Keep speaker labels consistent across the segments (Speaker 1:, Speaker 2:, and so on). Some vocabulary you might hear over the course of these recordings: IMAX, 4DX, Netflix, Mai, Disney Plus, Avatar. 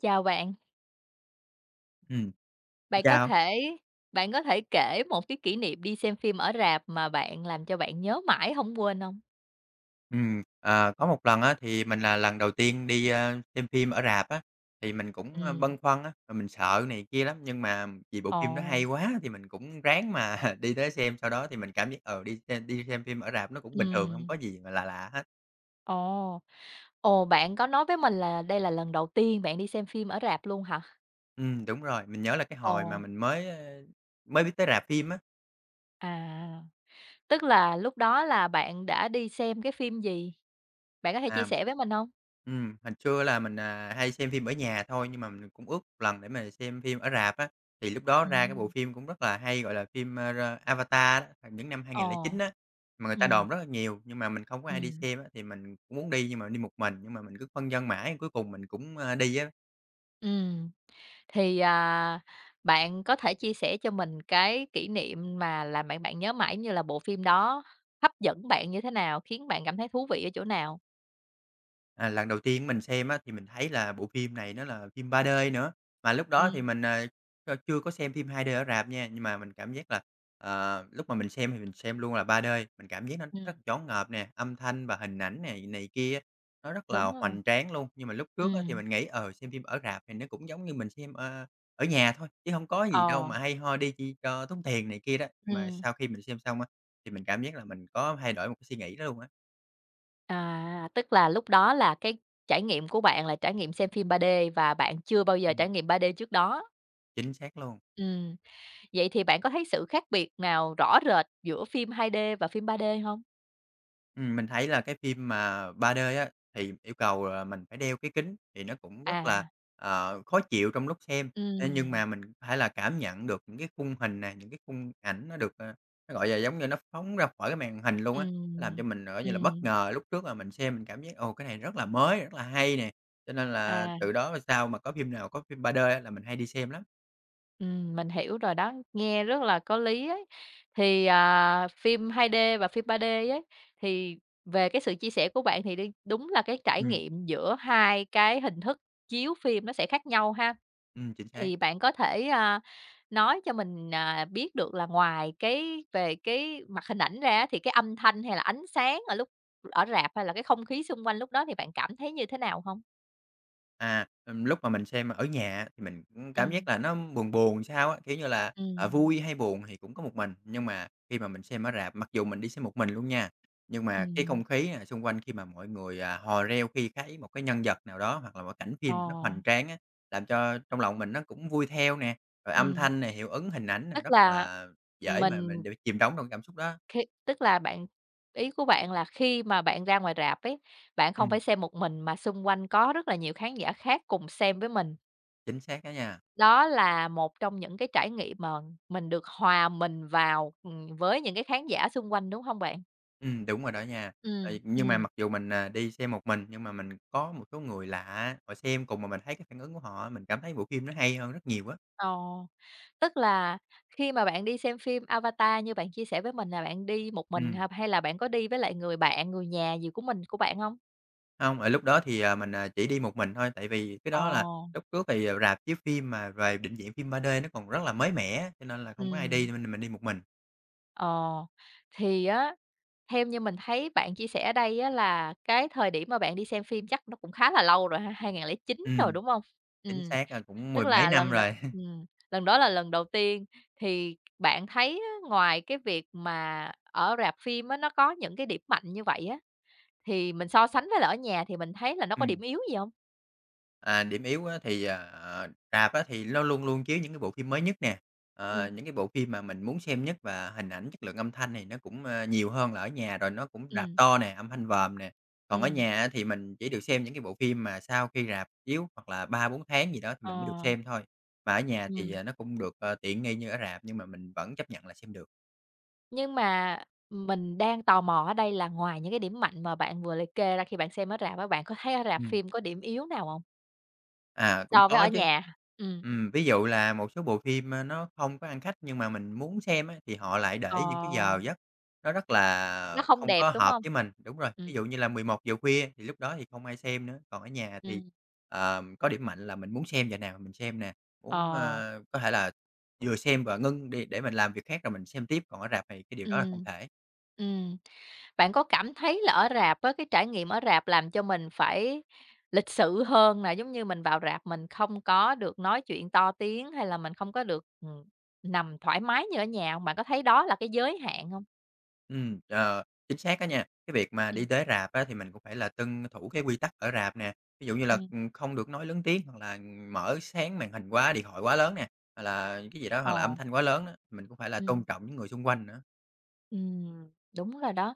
Speaker 1: Chào bạn,
Speaker 2: Ừm, xin
Speaker 1: bạn có
Speaker 2: chào.
Speaker 1: thể bạn có thể kể một cái kỷ niệm đi xem phim ở rạp mà bạn làm cho bạn nhớ mãi hổng quên hông?
Speaker 2: Ờ, có một lần á, thì mình là lần đầu tiên đi, xem phim ở rạp á, thì mình cũng, băn
Speaker 1: Ừm.
Speaker 2: khoăn á, rồi mình sợ này kia lắm, nhưng mà vì bộ phim nó
Speaker 1: Ồ.
Speaker 2: hay quá thì mình cũng ráng mà đi tới xem. Sau đó thì mình cảm giác, đi xem phim ở rạp nó cũng bình thường, không
Speaker 1: Ừm.
Speaker 2: có gì mà lạ lạ hết.
Speaker 1: Ồ. Ồ, bạn có nói với mình là đây là lần đầu tiên bạn đi xem phim ở rạp luôn hả?
Speaker 2: Đúng rồi, mình nhớ là cái hồi mà
Speaker 1: Ồ,
Speaker 2: mình mới biết tới rạp phim á.
Speaker 1: à. Tức là lúc đó là bạn đã đi xem cái phim gì? Bạn có thể chia
Speaker 2: À.
Speaker 1: sẻ với mình hông?
Speaker 2: Hồi xưa là mình, hay xem phim ở nhà thôi, nhưng mà mình cũng ước một lần để mà xem phim ở rạp á, thì lúc đó ra cái bộ
Speaker 1: Ừm.
Speaker 2: phim cũng rất là hay, gọi là, phim, ra Avatar á, hồi những năm 2009
Speaker 1: Ồ.
Speaker 2: á, mà người ta
Speaker 1: Ừm,
Speaker 2: đồn rất là nhiều, nhưng mà mình không có ai đi
Speaker 1: ừm,
Speaker 2: xem á, thì mình cũng muốn đi nhưng mà đi một mình, nhưng mà mình cứ phân vân mãi, cuối cùng mình cũng, đi á.
Speaker 1: ừm. Thì, à, bạn có thể chia sẻ cho mình cái kỷ niệm mà làm bạn bạn nhớ mãi như là bộ phim đó hấp dẫn bạn như thế nào, khiến bạn cảm thấy thú vị ở chỗ nào?
Speaker 2: À, lần đầu tiên mình xem á, thì mình thấy là bộ phim này nó là phim 3D nữa, mà lúc đó thì
Speaker 1: Ừm,
Speaker 2: mình, chưa có xem phim 2D ở rạp nha, nhưng mà mình cảm giác là, lúc mà mình xem thì mình xem luôn là 3D. Mình cảm giác nó rất
Speaker 1: ừm,
Speaker 2: là choáng ngợp nè, âm thanh và hình ảnh này này kia nó rất
Speaker 1: đúng
Speaker 2: là
Speaker 1: rồi,
Speaker 2: hoành tráng luôn. Nhưng mà lúc
Speaker 1: ừ,
Speaker 2: trước á, thì mình nghĩ, xem phim ở rạp thì nó cũng giống như mình xem, ở nhà thôi, chứ không có gì đâu
Speaker 1: ờ,
Speaker 2: mà hay ho đi chi cho tốn tiền này kia đó. Nhưng mà
Speaker 1: ừm,
Speaker 2: sau khi mình xem xong á, thì mình cảm giác là mình có thay đổi một cái suy nghĩ đó luôn á.
Speaker 1: à. Tức là lúc đó là cái trải nghiệm của bạn là trải nghiệm xem phim 3D và bạn chưa bao giờ
Speaker 2: Ừm,
Speaker 1: trải nghiệm 3D trước đó.
Speaker 2: chính xác luôn.
Speaker 1: Ừm, vậy thì bạn có thấy sự khác biệt nào rõ rệt giữa phim 2D và phim 3D không?
Speaker 2: Mình thấy là cái phim mà 3D á, thì yêu cầu là mình phải đeo cái kính thì nó cũng rất là,
Speaker 1: À,
Speaker 2: khó chịu trong lúc xem. Ê, nhưng
Speaker 1: ừ,
Speaker 2: mà mình phải là cảm nhận được những cái khung hình này những cái khung ảnh nó được, nó, gọi là, giống như nó phóng ra khỏi cái màn hình luôn á, nó làm cho
Speaker 1: ừ,
Speaker 2: mình, gọi như là, bất
Speaker 1: ừm,
Speaker 2: ngờ. Lúc trước là mình xem mình cảm giác, ồ, cái này rất là mới, rất là hay nè, cho nên là
Speaker 1: à.
Speaker 2: từ đó về sau mà có phim nào có phim 3D á là mình hay đi xem lắm.
Speaker 1: Mình hiểu rồi đó, nghe rất là có lý ấy. Thì, à, phim 2D và phim 3D ấy, thì về cái sự chia sẻ của bạn thì đi đúng là cái trải
Speaker 2: Ừm,
Speaker 1: nghiệm giữa hai cái hình thức chiếu phim nó sẽ khác nhau ha.
Speaker 2: chính xác.
Speaker 1: Thì bạn có thể, a, nói cho mình, à, biết được là ngoài cái về cái mặt hình ảnh ra thì cái âm thanh hay là ánh sáng ở lúc ở rạp hay là cái không khí xung quanh lúc đó thì bạn cảm thấy như thế nào không?
Speaker 2: À, lúc mà mình xem ở nhà thì mình cũng
Speaker 1: Ừ,
Speaker 2: cảm giác là nó buồn buồn sao á, kiểu như là,
Speaker 1: ừ,
Speaker 2: vui hay buồn thì cũng có một mình. Nhưng mà khi mà mình xem ở rạp, mặc dù mình đi xem một mình luôn nha, nhưng
Speaker 1: ừ,
Speaker 2: mà cái không khí, xung quanh khi mà mọi người, hò reo khi thấy một cái nhân vật nào đó hoặc là một cảnh
Speaker 1: ờ,
Speaker 2: phim nó hoành tráng á, làm cho trong lòng mình nó cũng vui theo nè. Rồi âm
Speaker 1: ừ.
Speaker 2: thanh này hiệu ứng hình ảnh này
Speaker 1: Tức
Speaker 2: rất
Speaker 1: là
Speaker 2: là dễ mà mình
Speaker 1: mình
Speaker 2: đều chìm đắm trong cảm xúc đó.
Speaker 1: khi tức là bạn ý của bạn là khi mà bạn ra ngoài rạp ấy, bạn không
Speaker 2: Ừm,
Speaker 1: phải xem một mình mà xung quanh có rất là nhiều khán giả khác cùng xem với mình.
Speaker 2: chính xác đó nha.
Speaker 1: Đó là một trong những cái trải nghiệm mà mình được hòa mình vào, với những cái khán giả xung quanh, đúng hông bạn?
Speaker 2: Đúng rồi đó nha.
Speaker 1: Ừm,
Speaker 2: Tại nhưng mà
Speaker 1: ừm,
Speaker 2: mặc dù mình, đi xem một mình, nhưng mà mình có một số người lạ á, họ xem cùng mà mình thấy cái phản ứng của họ á, mình cảm thấy bộ phim nó hay hơn rất nhiều á.
Speaker 1: ờ, tức là khi mà bạn đi xem phim Avatar như bạn chia sẻ với mình là bạn đi một mình
Speaker 2: Ừm,
Speaker 1: ha, hay là bạn có đi với lại người bạn, người nhà gì của mình của bạn hông?
Speaker 2: hông, ở lúc đó thì, mình, chỉ đi một mình thôi, tại vì cái
Speaker 1: Ờ,
Speaker 2: đó là lúc trước thì, rạp chiếu phim mà về định dạng phim 3D nó còn rất là mới mẻ cho nên là không có ai đi
Speaker 1: ừm.
Speaker 2: nên mình đi một mình.
Speaker 1: Ờ, thì á, theo như mình thấy bạn chia sẻ ở đây á là cái thời điểm mà bạn đi xem phim chắc nó cũng khá là lâu rồi ha, 2009 rồi,
Speaker 2: Ừm,
Speaker 1: đúng không? Ừ,
Speaker 2: chính xác, cũng
Speaker 1: tức
Speaker 2: mười mấy
Speaker 1: là
Speaker 2: năm
Speaker 1: lần đó,
Speaker 2: rồi.
Speaker 1: ừm, lần đó là lần đầu tiên, thì bạn thấy á, ngoài cái việc mà ở rạp phim á, nó có những cái điểm mạnh như vậy á, thì mình so sánh với là ở nhà thì mình thấy là nó có điểm
Speaker 2: Ừm.
Speaker 1: yếu gì không?
Speaker 2: À, điểm yếu á thì, rạp á thì nó luôn luôn chiếu những cái bộ phim mới nhất nè,
Speaker 1: Ừ,
Speaker 2: những cái bộ phim mà mình muốn xem nhất và hình ảnh, chất lượng âm thanh thì nó cũng, nhiều hơn là ở nhà, rồi nó cũng rạp
Speaker 1: ừ,
Speaker 2: to nè, âm thanh vòm nè. Còn ở
Speaker 1: ừm,
Speaker 2: nhà á thì mình chỉ được xem những cái bộ phim mà sau khi rạp chiếu hoặc là ba bốn tháng gì đó thì mình mới được
Speaker 1: ờ,
Speaker 2: xem thôi. Mà ở nhà thì,
Speaker 1: ừm.
Speaker 2: nó cũng được, tiện nghi như ở rạp nhưng mà mình vẫn chấp nhận là xem được.
Speaker 1: Nhưng mà mình đang tò mò ở đây là ngoài những cái điểm mạnh mà bạn vừa liệt kê ra khi bạn xem ở rạp á, bạn có thấy ở rạp phim có điểm yếu nào hông?
Speaker 2: À, cũng
Speaker 1: So với ở
Speaker 2: có chứ.
Speaker 1: nhà? Ừm.
Speaker 2: Ví dụ là một số bộ phim, nó không có ăn khách nhưng mà mình muốn xem á, thì họ lại
Speaker 1: Ờ.
Speaker 2: để những cái giờ giấc nó rất là
Speaker 1: Nó không
Speaker 2: không
Speaker 1: đẹp,
Speaker 2: có
Speaker 1: đúng
Speaker 2: hợp
Speaker 1: hông?
Speaker 2: với mình. Đúng rồi, ví
Speaker 1: Ừm,
Speaker 2: dụ như là 11 giờ khuya thì lúc đó thì không ai xem nữa, còn ở nhà thì,
Speaker 1: ừm,
Speaker 2: có điểm mạnh là mình muốn xem giờ nào mình xem nè, muốn,
Speaker 1: ờ,
Speaker 2: có thể là vừa xem và ngưng đi để mình làm việc khác rồi mình xem tiếp, còn ở rạp thì cái điều đó là không
Speaker 1: ừm,
Speaker 2: thể.
Speaker 1: ừm. Bạn có cảm thấy là ở rạp á, cái trải nghiệm ở rạp làm cho mình phải lịch sự hơn nè, giống như mình vào rạp mình không có được nói chuyện to tiếng, hay là mình không có được, nằm thoải mái như ở nhà hông? Bạn có thấy đó là cái giới hạn hông?
Speaker 2: Ờ, chính xác á nha. Cái việc mà đi
Speaker 1: Ừm,
Speaker 2: tới rạp á, thì mình cũng phải là tuân thủ cái quy tắc ở rạp nè, ví dụ như là,
Speaker 1: ừm,
Speaker 2: không được nói lớn tiếng, hoặc là mở sáng màn hình quá, điện thoại quá lớn nè, hoặc là cái gì đó, hoặc là
Speaker 1: ờ.
Speaker 2: âm thanh quá lớn á, mình cũng phải là
Speaker 1: Ừm,
Speaker 2: tôn trọng những người xung quanh nữa.
Speaker 1: ừm, đúng rồi đó.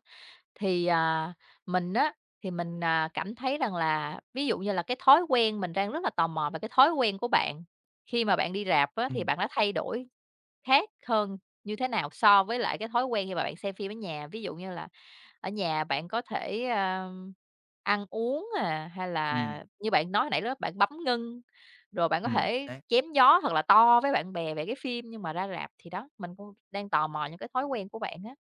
Speaker 1: Thì, à, mình á, thì mình, à, cảm thấy rằng là ví dụ như là cái thói quen mình đang rất là tò mò về cái thói quen của bạn, khi mà bạn đi rạp á, thì
Speaker 2: Ừm.
Speaker 1: bạn đã thay đổi khác hơn như thế nào so với lại cái thói quen khi mà bạn xem phim ở nhà? Ví dụ như là ở nhà bạn có thể, a, ăn uống à, hay là
Speaker 2: Ừm,
Speaker 1: như bạn nói hồi nãy đó, bạn bấm ngưng, rồi bạn có thể
Speaker 2: xác.
Speaker 1: chém gió thật là to với bạn bè về cái phim, nhưng mà ra rạp thì đó, mình cũng đang tò mò những cái thói quen của bạn á.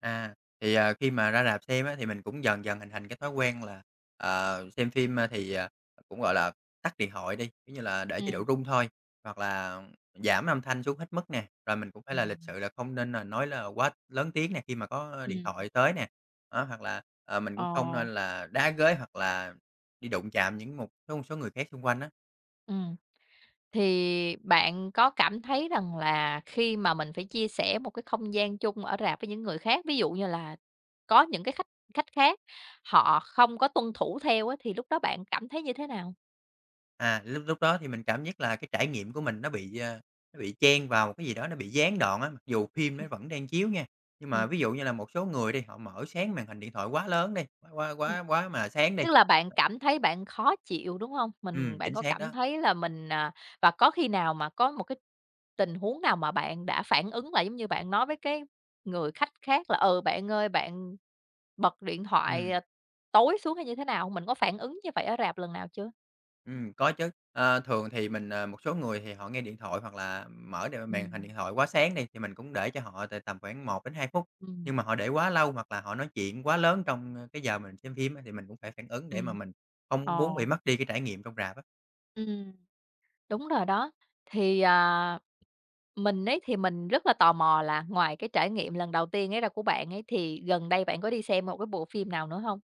Speaker 2: À, thì, khi mà ra rạp xem á, thì mình cũng dần dần hình thành cái thói quen là, xem phim, thì, cũng, gọi là, tắt điện thoại đi, kiểu như là, để chế
Speaker 1: Ừm,
Speaker 2: độ rung thôi, hoặc là giảm âm thanh xuống hết mức nè, rồi mình cũng phải là lịch
Speaker 1: ừm,
Speaker 2: sự là không nên là nói là quá lớn tiếng nè khi mà có điện
Speaker 1: ừm,
Speaker 2: thoại tới nè. Đó, hoặc là, mình cũng không
Speaker 1: ờ,
Speaker 2: nên là đá ghế hoặc là đi đụng chạm những một số người khác xung quanh á.
Speaker 1: ừm. Thì bạn có cảm thấy rằng là khi mà mình phải chia sẻ một cái không gian chung ở rạp với những người khác, ví dụ như là có những cái khách khách khác họ không có tuân thủ theo á, thì lúc đó bạn cảm thấy như thế nào?
Speaker 2: À, lúc lúc đó thì mình cảm giác là cái trải nghiệm của mình nó bị, nó bị chen vào một cái gì đó nó bị gián đoạn á, mặc dù phim nó vẫn đang chiếu nha. Nhưng
Speaker 1: Ừm,
Speaker 2: mà ví dụ như là một số người đi, họ mở sáng màn hình điện thoại quá lớn đi, quá quá
Speaker 1: ừm.
Speaker 2: quá quá mà sáng đi.
Speaker 1: Tức là bạn cảm thấy bạn khó chịu, đúng không? Mình bạn
Speaker 2: Chính
Speaker 1: có
Speaker 2: xác
Speaker 1: cảm
Speaker 2: đó.
Speaker 1: thấy là mình, à, và có khi nào mà có một cái tình huống nào mà bạn đã phản ứng lại, giống như bạn nói với cái người khách khác là "Ừ, bạn ơi, bạn bật điện thoại,
Speaker 2: Ừm,
Speaker 1: à, tối xuống" hay như thế nào hông? Mình có phản ứng như vậy ở rạp lần nào chưa?
Speaker 2: có chứ. Ờ, thường thì mình, một số người thì họ nghe điện thoại hoặc là mở màn hình
Speaker 1: Ừm,
Speaker 2: điện thoại quá sáng đi, thì mình cũng để cho họ từ tầm khoảng 1 đến 2 phút.
Speaker 1: ừm,
Speaker 2: Nhưng mà họ để quá lâu hoặc là họ nói chuyện quá lớn trong, cái giờ mình xem phim á, thì mình cũng phải phản ứng để mà
Speaker 1: ừm,
Speaker 2: mình
Speaker 1: ờ,
Speaker 2: không muốn bị mất đi cái trải nghiệm trong rạp.
Speaker 1: ừm, đúng rồi đó. Thì, à, mình ấy thì mình rất là tò mò là ngoài cái trải nghiệm lần đầu tiên ấy ra của bạn ấy, thì gần đây bạn có đi xem một cái bộ phim nào nữa không?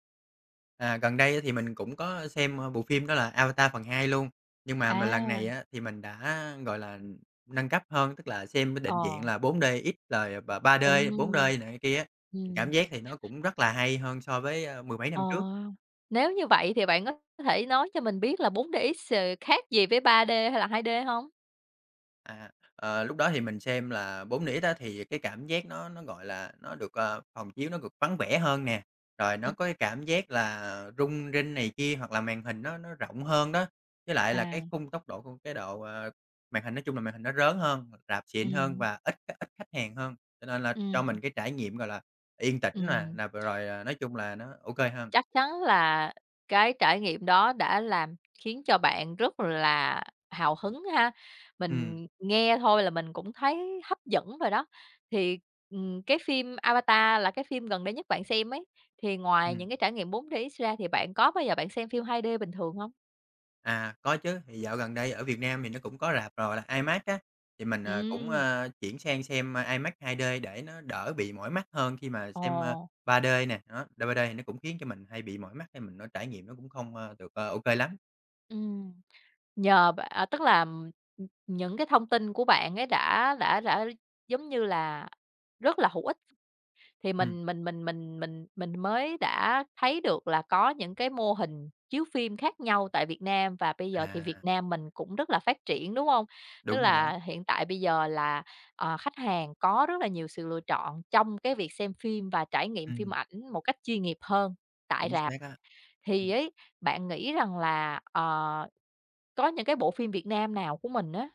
Speaker 2: À, gần đây á thì mình cũng có xem, bộ phim đó là Avatar phần 2 luôn, nhưng mà mình lần này
Speaker 1: À,
Speaker 2: á thì mình đã, gọi là, nâng cấp hơn, tức là xem cái định
Speaker 1: ờ,
Speaker 2: dạng là 4DX rồi, và 3D,
Speaker 1: ừm.
Speaker 2: 4D này kia á, mình cảm
Speaker 1: Ừm,
Speaker 2: giác thì nó cũng rất là hay hơn so với, mười mấy
Speaker 1: ờ,
Speaker 2: năm trước.
Speaker 1: nếu như vậy thì bạn có thể nói cho mình biết là 4DX, ờ, khác gì với 3D hay là 2D hông?
Speaker 2: À, lúc đó thì mình xem là 4DX á, thì cái cảm giác nó, gọi là, nó được, phòng chiếu nó được vắng vẻ hơn nè, rồi nó
Speaker 1: Ừm,
Speaker 2: có cái cảm giác là rung rinh này kia, hoặc là màn hình nó rộng hơn đó, với lại là
Speaker 1: à,
Speaker 2: cái khung tốc độ của cái độ, màn hình nói chung là màn hình nó rớn hơn, rạp xịn hơn
Speaker 1: ừm,
Speaker 2: và ít ít khách hàng hơn, cho nên là
Speaker 1: ừm,
Speaker 2: cho mình cái trải nghiệm, gọi là, yên tĩnh nè,
Speaker 1: ừm.
Speaker 2: nà rồi, nói chung là nó ok hơn.
Speaker 1: Chắc chắn là cái trải nghiệm đó đã làm khiến cho bạn rất là hào hứng ha.
Speaker 2: Ừm,
Speaker 1: Mình nghe thôi là mình cũng thấy hấp dẫn rồi đó. Thì, cái phim Avatar là cái phim gần đây nhất bạn xem ấy, thì ngoài những
Speaker 2: ừm.
Speaker 1: cái trải nghiệm 4DX ra thì bạn có bao giờ bạn xem phim 2D bình thường không?
Speaker 2: À, có chứ, thì dạo gần đây ở Việt Nam thì nó cũng có rạp rồi là IMAX á, thì mình, cũng,
Speaker 1: Ừm,
Speaker 2: chuyển sang xem, IMAX 2D để nó đỡ bị mỏi mắt hơn khi mà
Speaker 1: ồ,
Speaker 2: xem, 3D nè, đó, 3D thì nó cũng khiến cho mình hay bị mỏi mắt hay mình nó trải nghiệm nó cũng không, được, ô lắm.
Speaker 1: ừm, nhờ b à, tức là, những cái thông tin của bạn ấy đã, giống như là, rất là hữu ích. Thì
Speaker 2: Ừm,
Speaker 1: mình mới đã thấy được là có những cái mô hình chiếu phim khác nhau tại Việt Nam và bây giờ thì Việt
Speaker 2: à,
Speaker 1: Nam mình cũng rất là phát triển, đúng không? Tức
Speaker 2: đúng rồi đó,
Speaker 1: là hiện tại bây giờ là, ờ, khách hàng có rất là nhiều sự lựa chọn trong cái việc xem phim và trải nghiệm phim
Speaker 2: ừm,
Speaker 1: ảnh một cách chuyên nghiệp hơn tại
Speaker 2: chính
Speaker 1: rạp.
Speaker 2: xác á.
Speaker 1: Thì ấy, bạn nghĩ rằng là, ờ, có những cái bộ phim Việt Nam nào của mình á,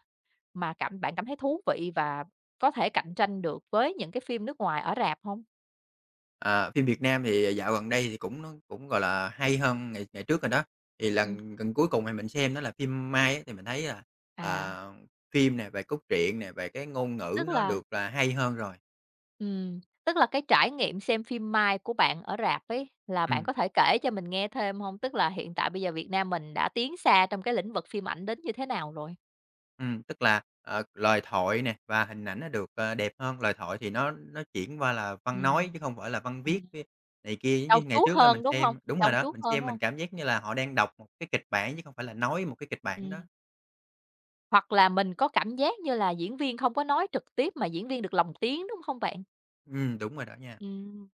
Speaker 1: mà cảm bạn cảm thấy thú vị và có thể cạnh tranh được với những cái phim nước ngoài ở rạp không?
Speaker 2: À, phim Việt Nam thì dạo gần đây thì cũng nó cũng, gọi là, hay hơn ngày ngày trước rồi đó. Thì
Speaker 1: Ừm,
Speaker 2: lần gần cuối cùng thì mình xem đó là phim Mai á, thì mình thấy là,
Speaker 1: à.
Speaker 2: à, phim này về cốt truyện này về cái ngôn ngữ
Speaker 1: Tức
Speaker 2: nó
Speaker 1: là,
Speaker 2: được là hay hơn rồi.
Speaker 1: tức là cái trải nghiệm xem phim Mai của bạn ở rạp ấy, là bạn
Speaker 2: Ừm,
Speaker 1: có thể kể cho mình nghe thêm hông? Tức là hiện tại bây giờ Việt Nam mình đã tiến xa trong cái lĩnh vực phim ảnh đến như thế nào rồi?
Speaker 2: tức là, lời thoại nè và hình ảnh nó được, đẹp hơn. Lời thoại thì nó chuyển qua là văn nói
Speaker 1: Ừm,
Speaker 2: chứ không phải là văn viết
Speaker 1: ừm,
Speaker 2: với này kia, giống
Speaker 1: trau
Speaker 2: như ngày
Speaker 1: chuốt
Speaker 2: trước là mình
Speaker 1: hơn, đúng hông?
Speaker 2: xem đúng rồi
Speaker 1: Trau
Speaker 2: đó,
Speaker 1: chuốt
Speaker 2: mình
Speaker 1: hơn,
Speaker 2: xem
Speaker 1: đúng
Speaker 2: mình
Speaker 1: hông?
Speaker 2: cảm giác như là họ đang đọc một cái kịch bản chứ không phải là nói một cái kịch bản đó.
Speaker 1: Ừm, hoặc là mình có cảm giác như là diễn viên không có nói trực tiếp mà diễn viên được lồng tiếng, đúng không bạn?
Speaker 2: Đúng rồi đó nha.
Speaker 1: Ừm,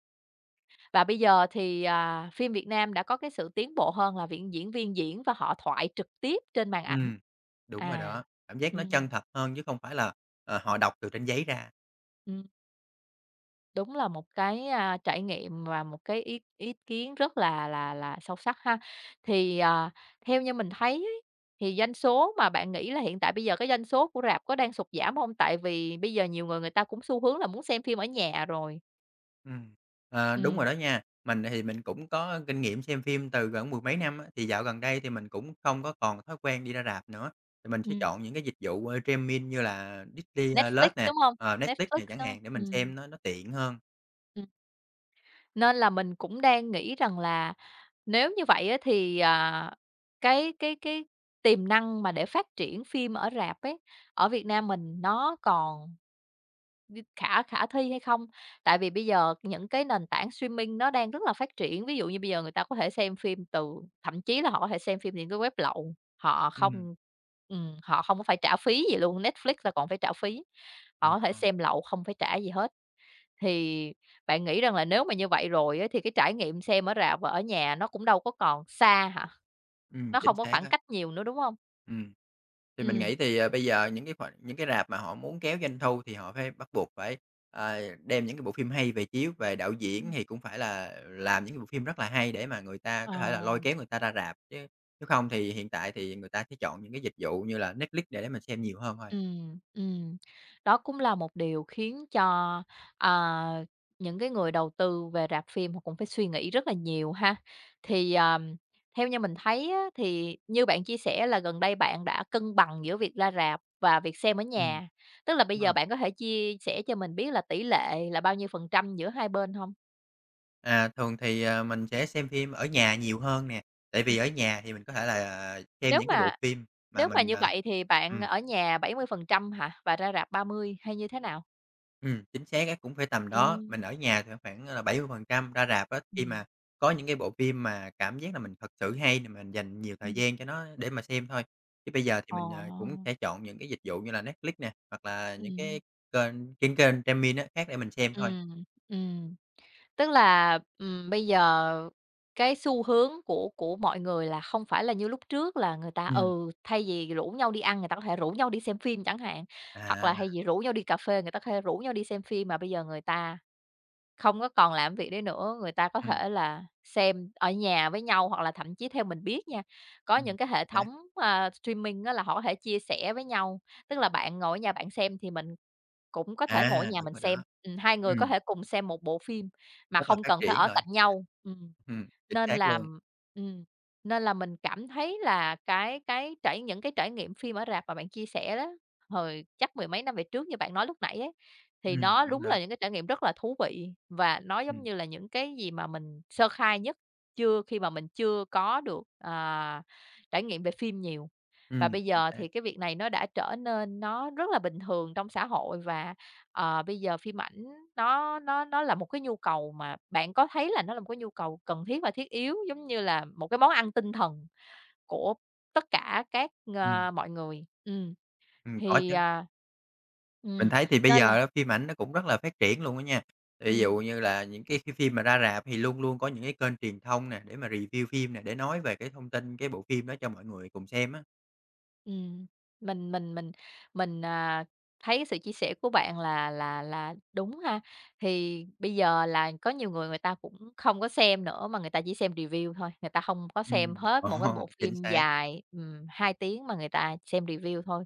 Speaker 1: và bây giờ thì, à, phim Việt Nam đã có cái sự tiến bộ hơn là viện diễn viên diễn và họ thoại trực tiếp trên màn ảnh.
Speaker 2: Ừm, đúng rồi
Speaker 1: À,
Speaker 2: đó, cảm giác nó chân
Speaker 1: ừm,
Speaker 2: thật hơn chứ không phải là, họ đọc từ trên giấy ra.
Speaker 1: ừm. Đúng là một cái, a, trải nghiệm và một cái ý ý kiến rất là sâu sắc ha. Thì, ờ, theo như mình thấy ấy, thì doanh số mà bạn nghĩ là hiện tại bây giờ cái doanh số của rạp có đang sụt giảm không? Tại vì bây giờ nhiều người người ta cũng xu hướng là muốn xem phim ở nhà rồi.
Speaker 2: Ừm, đúng
Speaker 1: Ừm,
Speaker 2: rồi đó nha, mình cũng có kinh nghiệm xem phim từ gần mười mấy năm á, thì dạo gần đây thì mình cũng không có còn thói quen đi ra rạp nữa, thì mình sẽ
Speaker 1: ừm,
Speaker 2: chọn những cái dịch vụ, streaming như là Disney,
Speaker 1: Netflix,
Speaker 2: Plus nè,
Speaker 1: đúng không?
Speaker 2: Netflix
Speaker 1: Netflix,
Speaker 2: nè chẳng
Speaker 1: đúng hông?
Speaker 2: hạn để mình xem nó tiện hơn.
Speaker 1: Ừm. Nên là mình cũng đang nghĩ rằng là nếu như vậy á thì, à, cái tiềm năng mà để phát triển phim ở rạp ấy, ở Việt Nam mình nó còn, ừm, khả khả thi hay không? Tại vì bây giờ những cái nền tảng streaming nó đang rất là phát triển, ví dụ như bây giờ người ta có thể xem phim từ thậm chí là họ có thể xem phim những cái web lậu, họ
Speaker 2: Ừm,
Speaker 1: không, họ không có phải trả phí gì luôn, Netflix là còn phải trả phí, họ có thể
Speaker 2: ờ,
Speaker 1: xem lậu không phải trả gì hết. Thì bạn nghĩ rằng là nếu mà như vậy rồi á, thì cái trải nghiệm xem ở rạp và ở nhà nó cũng đâu có còn xa hả? Nó
Speaker 2: chính
Speaker 1: không có
Speaker 2: xác
Speaker 1: khoảng
Speaker 2: á,
Speaker 1: cách nhiều nữa, đúng không?
Speaker 2: ừm. Thì mình
Speaker 1: Ừ,
Speaker 2: nghĩ thì, bây giờ những cái rạp mà họ muốn kéo doanh thu thì họ bắt buộc phải, đem những cái bộ phim hay về chiếu, về đạo diễn
Speaker 1: ừm,
Speaker 2: thì cũng phải là làm những cái bộ phim rất là hay để mà người ta
Speaker 1: ờ.
Speaker 2: có thể là lôi kéo người ta ra rạp, chứ nếu không thì hiện tại thì người ta sẽ chọn những cái dịch vụ như là Netflix để mình xem nhiều hơn thôi
Speaker 1: Ừ,
Speaker 2: à.
Speaker 1: ừm. Đó cũng là một điều khiến cho, à, những cái người đầu tư về rạp phim họ cũng phải suy nghĩ rất là nhiều ha. Thì, theo như mình thấy á, thì như bạn chia sẻ là gần đây bạn đã cân bằng giữa việc ra rạp và việc xem ở nhà, tức là bây
Speaker 2: Đúng
Speaker 1: giờ
Speaker 2: rồi.
Speaker 1: bạn có thể chia sẻ cho mình biết là tỷ lệ là bao nhiêu phần trăm giữa hai bên không?
Speaker 2: À, thường thì, mình sẽ xem phim ở nhà nhiều hơn nè, tại vì
Speaker 1: Ừm,
Speaker 2: ở nhà thì mình có thể là xem
Speaker 1: nếu
Speaker 2: những cái bộ
Speaker 1: mà
Speaker 2: phim mà
Speaker 1: nếu mà
Speaker 2: mình,
Speaker 1: như
Speaker 2: ờ
Speaker 1: vậy thì bạn
Speaker 2: ừm.
Speaker 1: ở nhà 70% hả? Và ra rạp 30 hay như thế nào?
Speaker 2: Chính xác á, cũng phải tầm
Speaker 1: Ừ,
Speaker 2: đó. Mình ở nhà thì khoảng là 70% ra rạp á,
Speaker 1: ừ,
Speaker 2: khi mà có những cái bộ phim mà cảm giác là mình thật sự hay thì mình dành nhiều
Speaker 1: ừ,
Speaker 2: thời gian cho nó để mà xem thôi. Chứ bây giờ thì
Speaker 1: ồ.
Speaker 2: mình, cũng sẽ chọn những cái dịch vụ như là Netflix nè, hoặc là
Speaker 1: Ừm,
Speaker 2: kênh những kênh streaming á, khác để mình xem thôi.
Speaker 1: ừm, ừm. Tức là, bây giờ cái xu hướng của mọi người là không phải là như lúc trước là người ta,
Speaker 2: Ừm.
Speaker 1: ừ, thay vì rủ nhau đi ăn, người ta có thể rủ nhau đi xem phim chẳng hạn, hoặc
Speaker 2: À,
Speaker 1: là thay vì rủ nhau đi cà phê, người ta có thể rủ nhau đi xem phim, mà bây giờ người ta không có còn làm việc đấy nữa, người ta có
Speaker 2: ừm,
Speaker 1: thể là xem ở nhà với nhau, hoặc là thậm chí theo mình biết nha, có những cái hệ
Speaker 2: chính xác.
Speaker 1: thống, a, streaming á là họ có thể chia sẻ với nhau. Tức là bạn ngồi ở nhà bạn xem thì mình cũng có thể ngồi ở
Speaker 2: À,
Speaker 1: nhà
Speaker 2: đúng
Speaker 1: mình
Speaker 2: rồi
Speaker 1: xem,
Speaker 2: đó.
Speaker 1: hai người có
Speaker 2: Ừm,
Speaker 1: thể cùng xem một bộ phim mà
Speaker 2: rất là
Speaker 1: không
Speaker 2: phát
Speaker 1: cần phải
Speaker 2: triển
Speaker 1: ở
Speaker 2: rồi.
Speaker 1: cạnh nhau,
Speaker 2: Chính
Speaker 1: nên
Speaker 2: xác
Speaker 1: là,
Speaker 2: luôn.
Speaker 1: ừm, nên là mình cảm thấy là cái trải những cái trải nghiệm phim ở rạp mà bạn chia sẻ đó, hồi chắc mười mấy năm về trước như bạn nói lúc nãy ấy, thì nó
Speaker 2: Đúng
Speaker 1: đúng
Speaker 2: đó.
Speaker 1: là những cái trải nghiệm rất là thú vị và nó giống
Speaker 2: Ừm,
Speaker 1: như là những cái gì mà mình sơ khai nhất, chưa khi mà mình chưa có được, à, trải nghiệm về phim nhiều. Và bây
Speaker 2: chính
Speaker 1: giờ
Speaker 2: xác.
Speaker 1: thì cái việc này nó đã trở nên nó rất là bình thường trong xã hội và, ờ, bây giờ phim ảnh nó là một cái nhu cầu mà bạn có thấy là nó là một cái nhu cầu cần thiết và thiết yếu, giống như là một cái món ăn tinh thần của tất cả các,
Speaker 2: Ừm,
Speaker 1: ờ, mọi người.
Speaker 2: có
Speaker 1: Thì,
Speaker 2: chứ.
Speaker 1: à,
Speaker 2: Mình
Speaker 1: ừm,
Speaker 2: thấy thì bây
Speaker 1: nên là,
Speaker 2: giờ á, phim ảnh nó cũng rất là phát triển luôn á nha. Ví
Speaker 1: ừm.
Speaker 2: dụ như là những cái phim mà ra rạp thì luôn luôn có những cái kênh truyền thông nè, để mà review phim nè, để nói về cái thông tin cái bộ phim đó cho mọi người cùng xem á.
Speaker 1: Ừm, mình mình mình mình, à, thấy cái sự chia sẻ của bạn là đúng ha. Thì bây giờ là có nhiều người người ta cũng không có xem nữa mà người ta chỉ xem review thôi, người ta không có xem
Speaker 2: Ừm.
Speaker 1: hết
Speaker 2: Ồ,
Speaker 1: một cái bộ
Speaker 2: chính
Speaker 1: phim
Speaker 2: xác.
Speaker 1: dài, 2 tiếng mà người ta xem review thôi.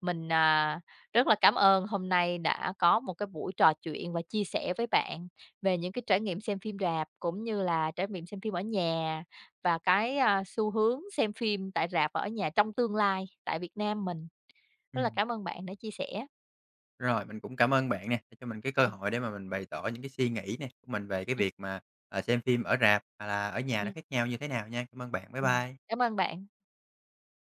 Speaker 1: Mình, à, rất là cảm ơn hôm nay đã có một cái buổi trò chuyện và chia sẻ với bạn về những cái trải nghiệm xem phim rạp cũng như là trải nghiệm xem phim ở nhà. Và cái, a, xu hướng xem phim tại rạp và ở nhà trong tương lai tại Việt Nam mình. Rất là
Speaker 2: Ừm.
Speaker 1: cảm ơn bạn đã chia sẻ.
Speaker 2: Rồi, mình cũng cảm ơn bạn nè, đã cho mình cái cơ
Speaker 1: Ừm,
Speaker 2: hội để mà mình bày tỏ những cái suy nghĩ nè của mình về cái
Speaker 1: ừm,
Speaker 2: việc mà, xem phim ở rạp, hay là ở nhà nó
Speaker 1: ừm,
Speaker 2: khác nhau như thế nào nha. Cảm ơn bạn. Bye
Speaker 1: ừm.
Speaker 2: bye.
Speaker 1: Cảm ơn bạn.